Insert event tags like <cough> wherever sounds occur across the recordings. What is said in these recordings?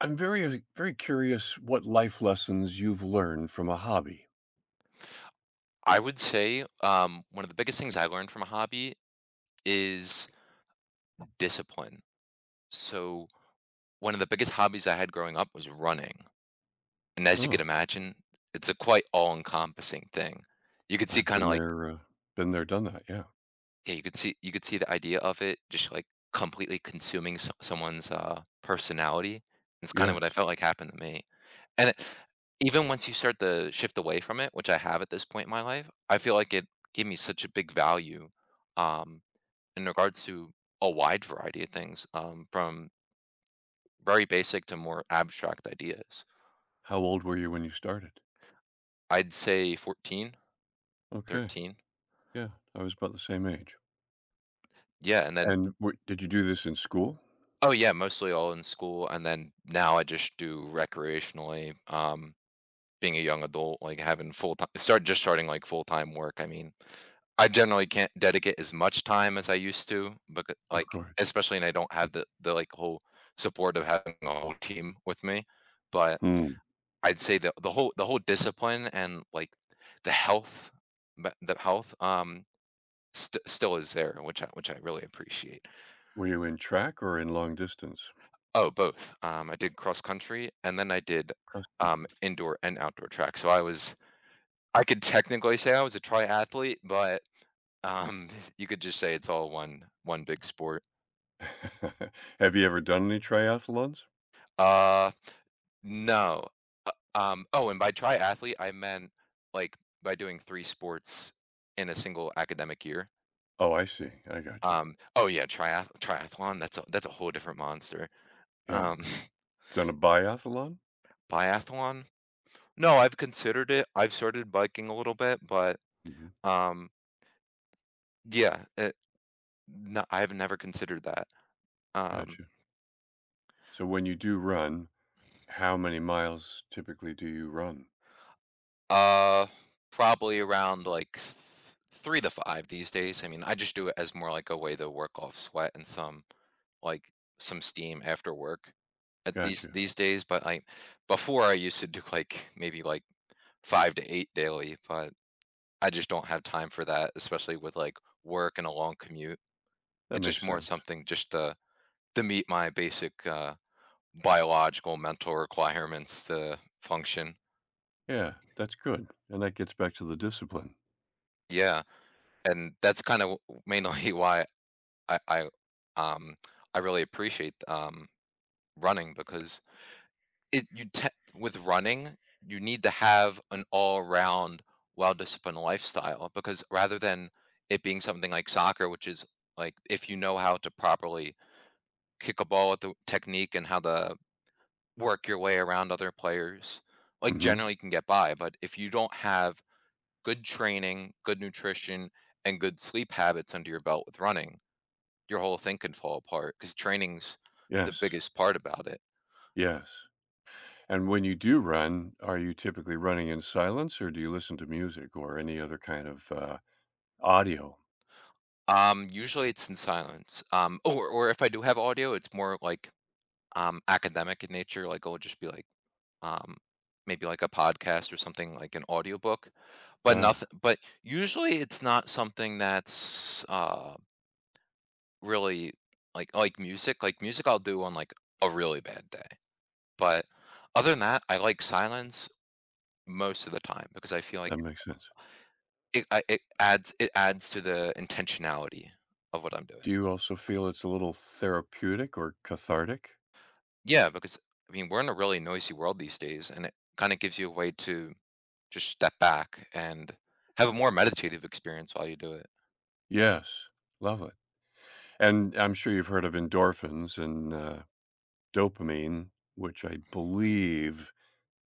I'm very curious what life lessons you've learned from a hobby. I would say one of the biggest things I learned from a hobby is discipline. So, one of the biggest hobbies I had growing up was running. And as you can Oh, imagine, it's a quite all encompassing thing. You could see I've kind of like, been there, done that. Yeah. yeah, you could see the idea of it just like completely consuming someone's personality. It's kind of what I Yes. felt like happened to me. And it, even once you start to shift away from it, which I have at this point in my life, I feel like it gave me such a big value. Um, in regards to a wide variety of things, from very basic to more abstract ideas. How old were you when you started? I'd say 14, Okay. 13. Yeah. I was about the same age. Yeah, and then And did you do this in school? oh yeah, mostly all in school, and then now I just do recreationally. Being a young adult, like having full time, start just starting like full time work. I mean, I generally can't dedicate as much time as I used to, but Of like course. especially, and I don't have the like whole support of having a whole team with me. But Hmm. I'd say the whole the whole discipline and like the health, but the health still is there, which I really appreciate. Were you in track or in long distance? Oh, both. I did cross country and then I did Custom. Indoor and outdoor track. So I was I could technically say I was a triathlete, but um <laughs> you could just say it's all one big sport. <laughs> Have you ever done any triathlons? Uh, no. Oh, and by triathlete I meant like by doing three sports in a single academic year. Oh, I see. I got you. Oh yeah, triathlon, that's a whole different monster. Yeah. Um, Done a biathlon? <laughs> biathlon? No, I've considered it. I've started biking a little bit, but, Hmm. um, yeah, it no, I've never considered that. Um, Gotcha. So when you do run, how many miles typically do you run? uh, probably around, like, th 3 to 5 these days. I mean, I just do it as more like a way to work off sweat and some, like, some steam after work at these Gotcha. these days, but I before I used to do, like, maybe, like, 5 to 8 daily, but I just don't have time for that, especially with like work and a long commute. That It's makes just more sense. something just to meet my basic biological mental requirements to function. Yeah, that's good. And that gets back to the discipline. Yeah, and that's kind of mainly <laughs> why I um I really appreciate running because it you te- with running you need to have an all round well disciplined lifestyle because rather than it being something like soccer, which is like if you know how to properly kick a ball with the technique and how to work your way around other players. Like Mhm. generally you can get by, but if you don't have good training, good nutrition, and good sleep habits under your belt with running, your whole thing can fall apart because training's the Yes. biggest part about it. Yes. And when you do run, are you typically running in silence or do you listen to music or any other audio? Usually it's in silence. Or if I do have audio, it's more like academic in nature. Like I'll just be like um, maybe like a podcast or something like an audiobook, but Ah, nothing. But usually, it's not something that's really like music. Like music, I'll do on like a really bad day. But other than that, I like silence most of the time because I feel like that makes sense. It adds to the intentionality of what I'm doing. Do you also feel it's a little therapeutic or cathartic? Yeah, because I mean we're in a really noisy world these days, and it kind of gives you a way to just step back and have a more meditative experience while you do it. Yes. Love it. And I'm sure you've heard of endorphins and dopamine, which I believe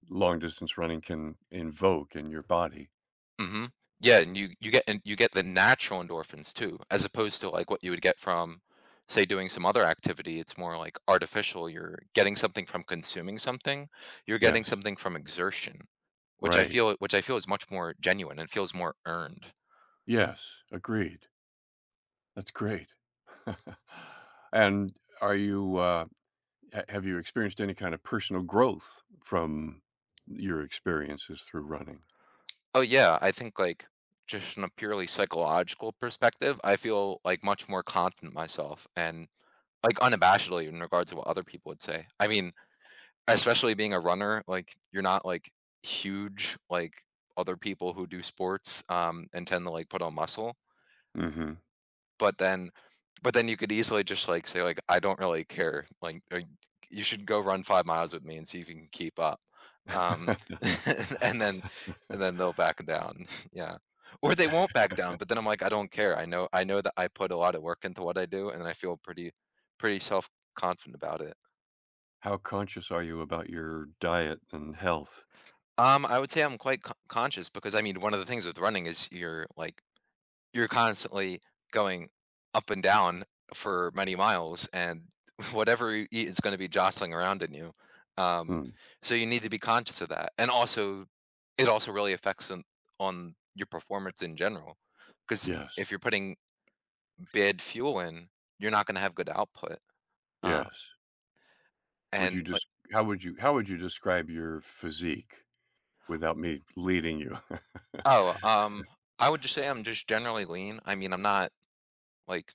long distance running can invoke in your body. Mhm. Yeah, and you get and you get the natural endorphins too, as opposed to, like, what you would get from, say, doing some other activity, it's more, like, artificial, you're getting something from consuming something, you're getting Yes, something from exertion, right. Which I feel is much more genuine and feels more earned. Yes, agreed. That's great. <laughs> And are you have you experienced any kind of personal growth from your experiences through running? Oh, yeah, I think, like, just from a purely psychological perspective, I feel, like, much more confident myself and like, unabashedly in regards to what other people would say. I mean, especially being a runner, like, you're not, like, huge like other people who do sports, and tend to, like, put on muscle, Hmm. but then but then you could easily just, like, say, like, "I don't really care," like, or, "You should go run 5 miles with me and see if you can keep up." Um, <laughs> <laughs> and then and then they'll back down. <laughs> Yeah. Or they won't back down, but then I'm like, "I don't care. I know that I put a lot of work into what I do, and I feel pretty self-confident about it." How conscious are you about your diet and health? I would say I'm quite conscious because, I mean, one of the things with running is you're, like, you're constantly going up and down for many miles, and <laughs> whatever you eat is gonna be jostling around in you. Um, Hmm. so you need to be conscious of that, and also it also really affects on your performance in general because Yes, if you're putting bad fuel in, you're not gonna have good output, uh, yes. Would and, you like just how would you describe your physique without me leading you? oh, I would just say I'm just generally lean. I mean, I'm not, like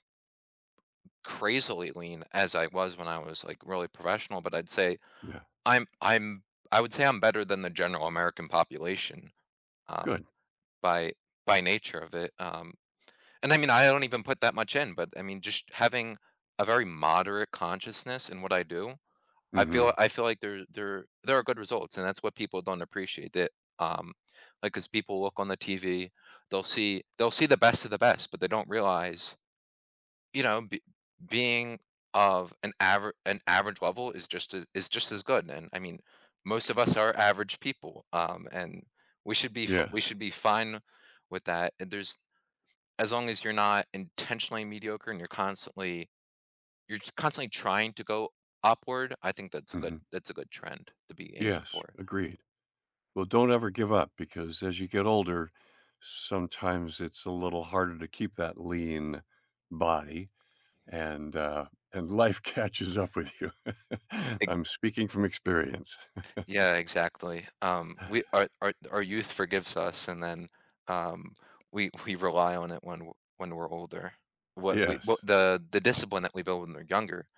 crazily lean as I was when I was like really professional, but I'd say <laughs> Yeah, I'm I would say I'm better than the general American population um, good. by by nature of it. And I mean I don't even put that much in, but I mean just having a very moderate consciousness in what I do, Mhm. I feel like there are good results, and that's what people don't appreciate that. Um, like, because people look on the TV, they'll see the best of the best, but they don't realize you know, being of an average level is just as good. And I mean, most of us are average people, and we should be we Yes. should be fine with that. And there's as long as you're not intentionally mediocre and you're constantly you're just constantly trying to go upward. I think Mhm. that's a good trend to be aiming Yes, for. agreed. Well, don't ever give up because as you get older, sometimes it's a little harder to keep that lean body and and life <laughs> catches up with you. <laughs> Ex I'm speaking from experience. yeah, exactly. We our youth forgives us, and then, um, we rely on it when w when we're older. What we Yes. what the discipline that we build when we're younger.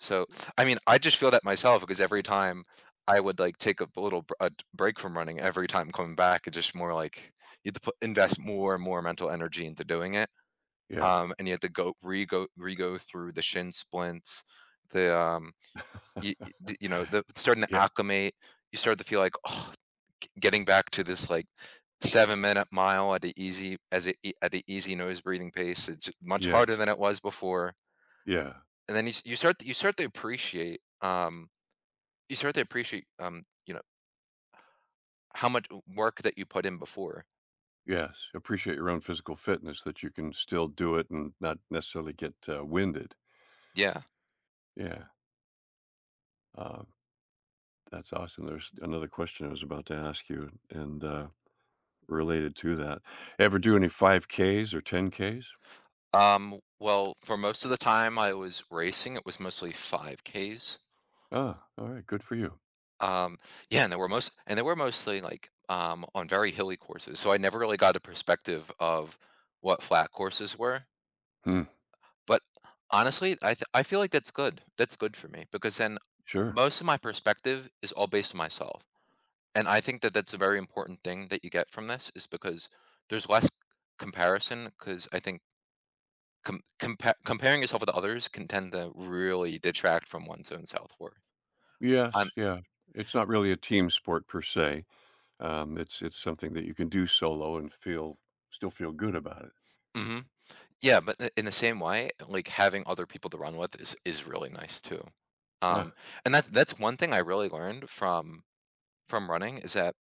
So, I mean, I just feel that myself because every time I would like take a b- little br- a d- break from running, every time coming back, it's just more like you have to put, invest more and more mental energy into doing it. Yeah. And you have to go through the shin splints, the you, you know, the starting to Yeah. acclimate. You start to feel like oh, getting back to this like 7 minute mile at an easy at an easy nose breathing pace. It's much harder Yes. than it was before. Yeah. And then you start to appreciate. You start to appreciate, you know, how much work that you put in before. Yes. Appreciate your own physical fitness that you can still do it and not necessarily get winded. Yeah. Yeah. Uh, that's awesome. There's another question I was about to ask you and Related to that. Ever do any 5Ks or 10Ks? Well, for most of the time I was racing, it was mostly 5Ks. Ah, alright, good for you. Um, yeah, and they were most and they were mostly, like, on very hilly courses, so I never really got a perspective of what flat courses were. Hmm, But, honestly, I feel like that's good. That's good for me because then sure. most of my perspective is all based on myself. And I think that that's a very important thing that you get from this is because there's less comparison because I think comparing yourself with others can tend to really detract from one's own self-worth. Um, Yes, yeah. It's not really a team sport per se. It's something that you can do solo and feel good about it. hmm. Yeah, but in the same way, like having other people to run with is really nice too. Um, Ah, and that's one thing I really learned from running is that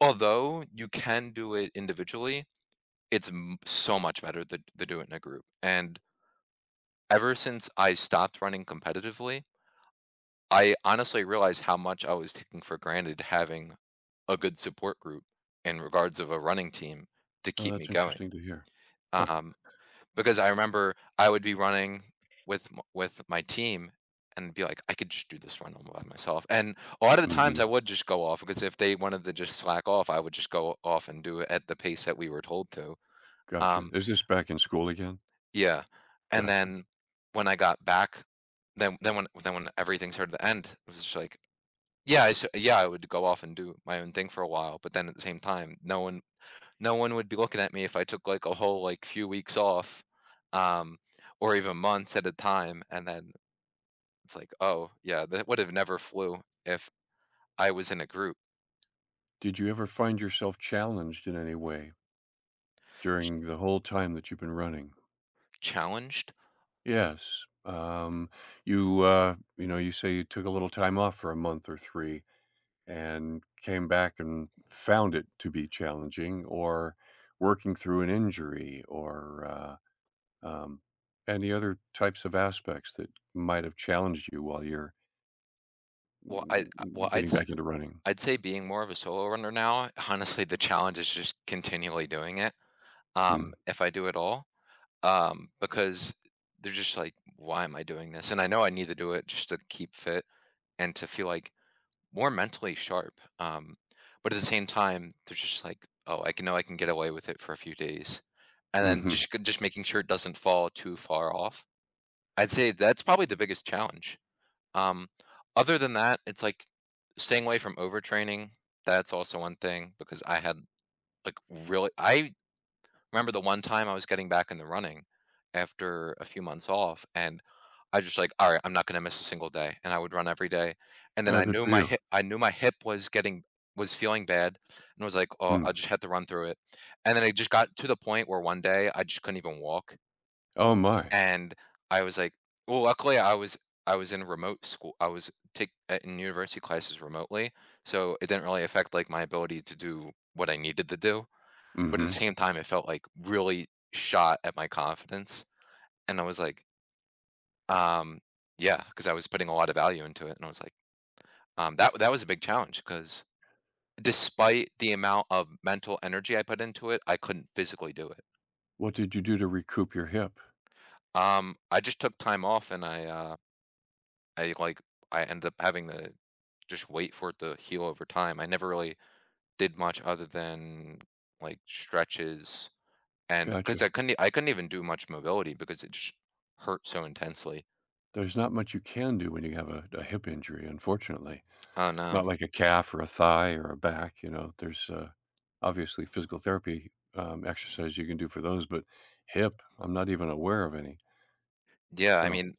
although you can do it individually, it's so much better to do it in a group. And ever since I stopped running competitively, I honestly realized how much I was taking for granted having a good support group in regards of a running team to oh, keep me that's going. interesting to hear. Huh. Um, because I remember I would be running with my team and be like, I could just do this run all by myself. And a lot of the times Mhm. I would just go off because if they wanted to just slack off, I would just go off and do it at the pace that we were told to. Gotcha. Um, Is this back in school again? yeah. And Gotcha. then when I got back, then when everything started to end, it was just like yeah, I would go off and do my own thing for a while, but then at the same time, no one would be looking at me if I took, like, a whole, like, few weeks off, um, or even months at a time, and then it's like, "Oh, yeah, that would have never flew if I was in a group." Did you ever find yourself challenged in any way Ch during the whole time that you've been running? Challenged? Yes. You know, you say you took a little time off for a month or three and came back and found it to be challenging or working through an injury or um, any other types of aspects that might have challenged you while you're Well, I mm, I mm, well, I'd getting s back into running. I'd say being more of a solo runner now, honestly, the challenge is just continually doing it, Mm. if I do at all, because they're just like, "Why am I doing this?" And I know I need to do it just to keep fit, and to feel like more mentally sharp. But at the same time, they're just like, oh, I can get away with it for a few days, and then Hmm. just making sure it doesn't fall too far off. I'd say that's probably the biggest challenge. Um, Other than that, it's like staying away from overtraining. That's also one thing because I had like really I Remember the one time I was getting back in the running after a few months off, and I just like, "Alright, I'm not gonna miss a single day," and I would run every day, and then Oh, good for you. I knew my hip was feeling bad, and I was like, "Oh, Mm. I just had to run through it," and then I just got to the point where one day I just couldn't even walk, Oh, my. and I was like well, luckily, I was in remote school. I was take in university classes remotely, so it didn't really affect, like, my ability to do what I needed to do, but at the Hmm. same time, it felt like really shot at my confidence. And I was like, um, yeah, because I was putting a lot of value into it. And I was like, that was a big challenge because despite the amount of mental energy I put into it, I couldn't physically do it. What did you do to recoup your hip? I just took time off and I like I ended up having to just wait for it to heal over time. I never really did much other than like stretches, and because Gotcha. I couldn't even do much mobility because it just hurt so intensely. There's not much you can do when you have a hip injury, unfortunately. Oh, no. Not like a calf or a thigh or a back, you know, obviously physical therapy, exercise you can do for those, but hip, I'm not even aware of any. Yeah, I So, mean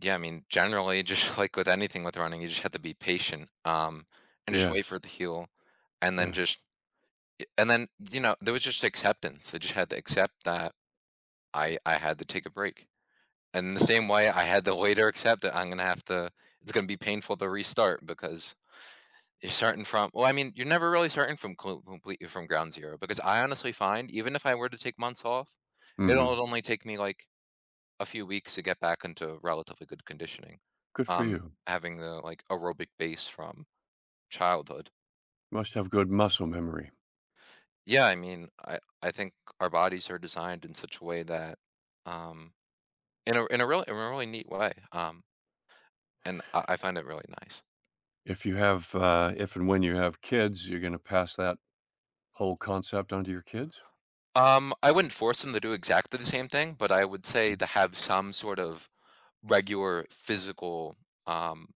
yeah, I mean, generally, just <laughs> like with anything with running, you just have to be patient, and just wait yes, for it to heal, and then yeah, just and then, there was just acceptance. I just had to accept that I had to take a break. And the same way I had to later accept that I'm gonna have to it's gonna be painful to restart because you're starting from well, I mean, you're never really starting from co completely from ground zero, because I honestly find even if I were to take months off, it'll mhm, only take me, like, a few weeks to get back into relatively good conditioning. good for Um, you. Having the like aerobic base from childhood. Must have good muscle memory. Yeah, I mean, I think our bodies are designed in such a way that, um, in a really neat way. And I find it really nice. If if and when you have kids, you're gonna pass that whole concept onto your kids? I wouldn't force them to do exactly the same thing, but I would say Mm. to have some sort of regular physical um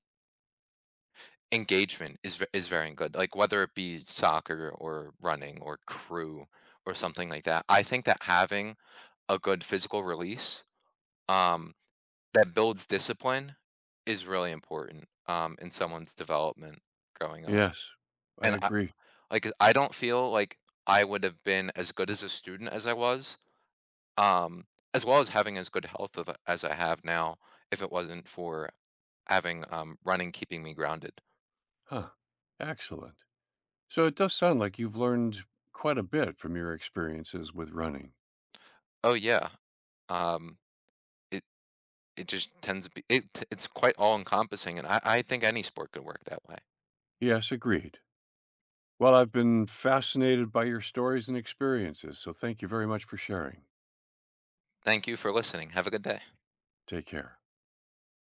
Engagement is very good, like, whether it be soccer or running or crew or something like that. I think that having a good physical release, um, that builds discipline is really important, in someone's development growing up. Yes, I Yeah. And I agree. like, I don't feel like I would have been as good as a student as I was, um, as well as having as good health of as I have now if it wasn't for having, running keeping me grounded. Huh, excellent. So it does sound like you've learned quite a bit from your experiences with running. Oh, yeah, um, I It just tends to be it's quite all encompassing, and I think any sport could work that way. Yes, agreed. Well, I've been fascinated by your stories and experiences, so thank you very much for sharing. Thank you for listening. Have a good day. Take care.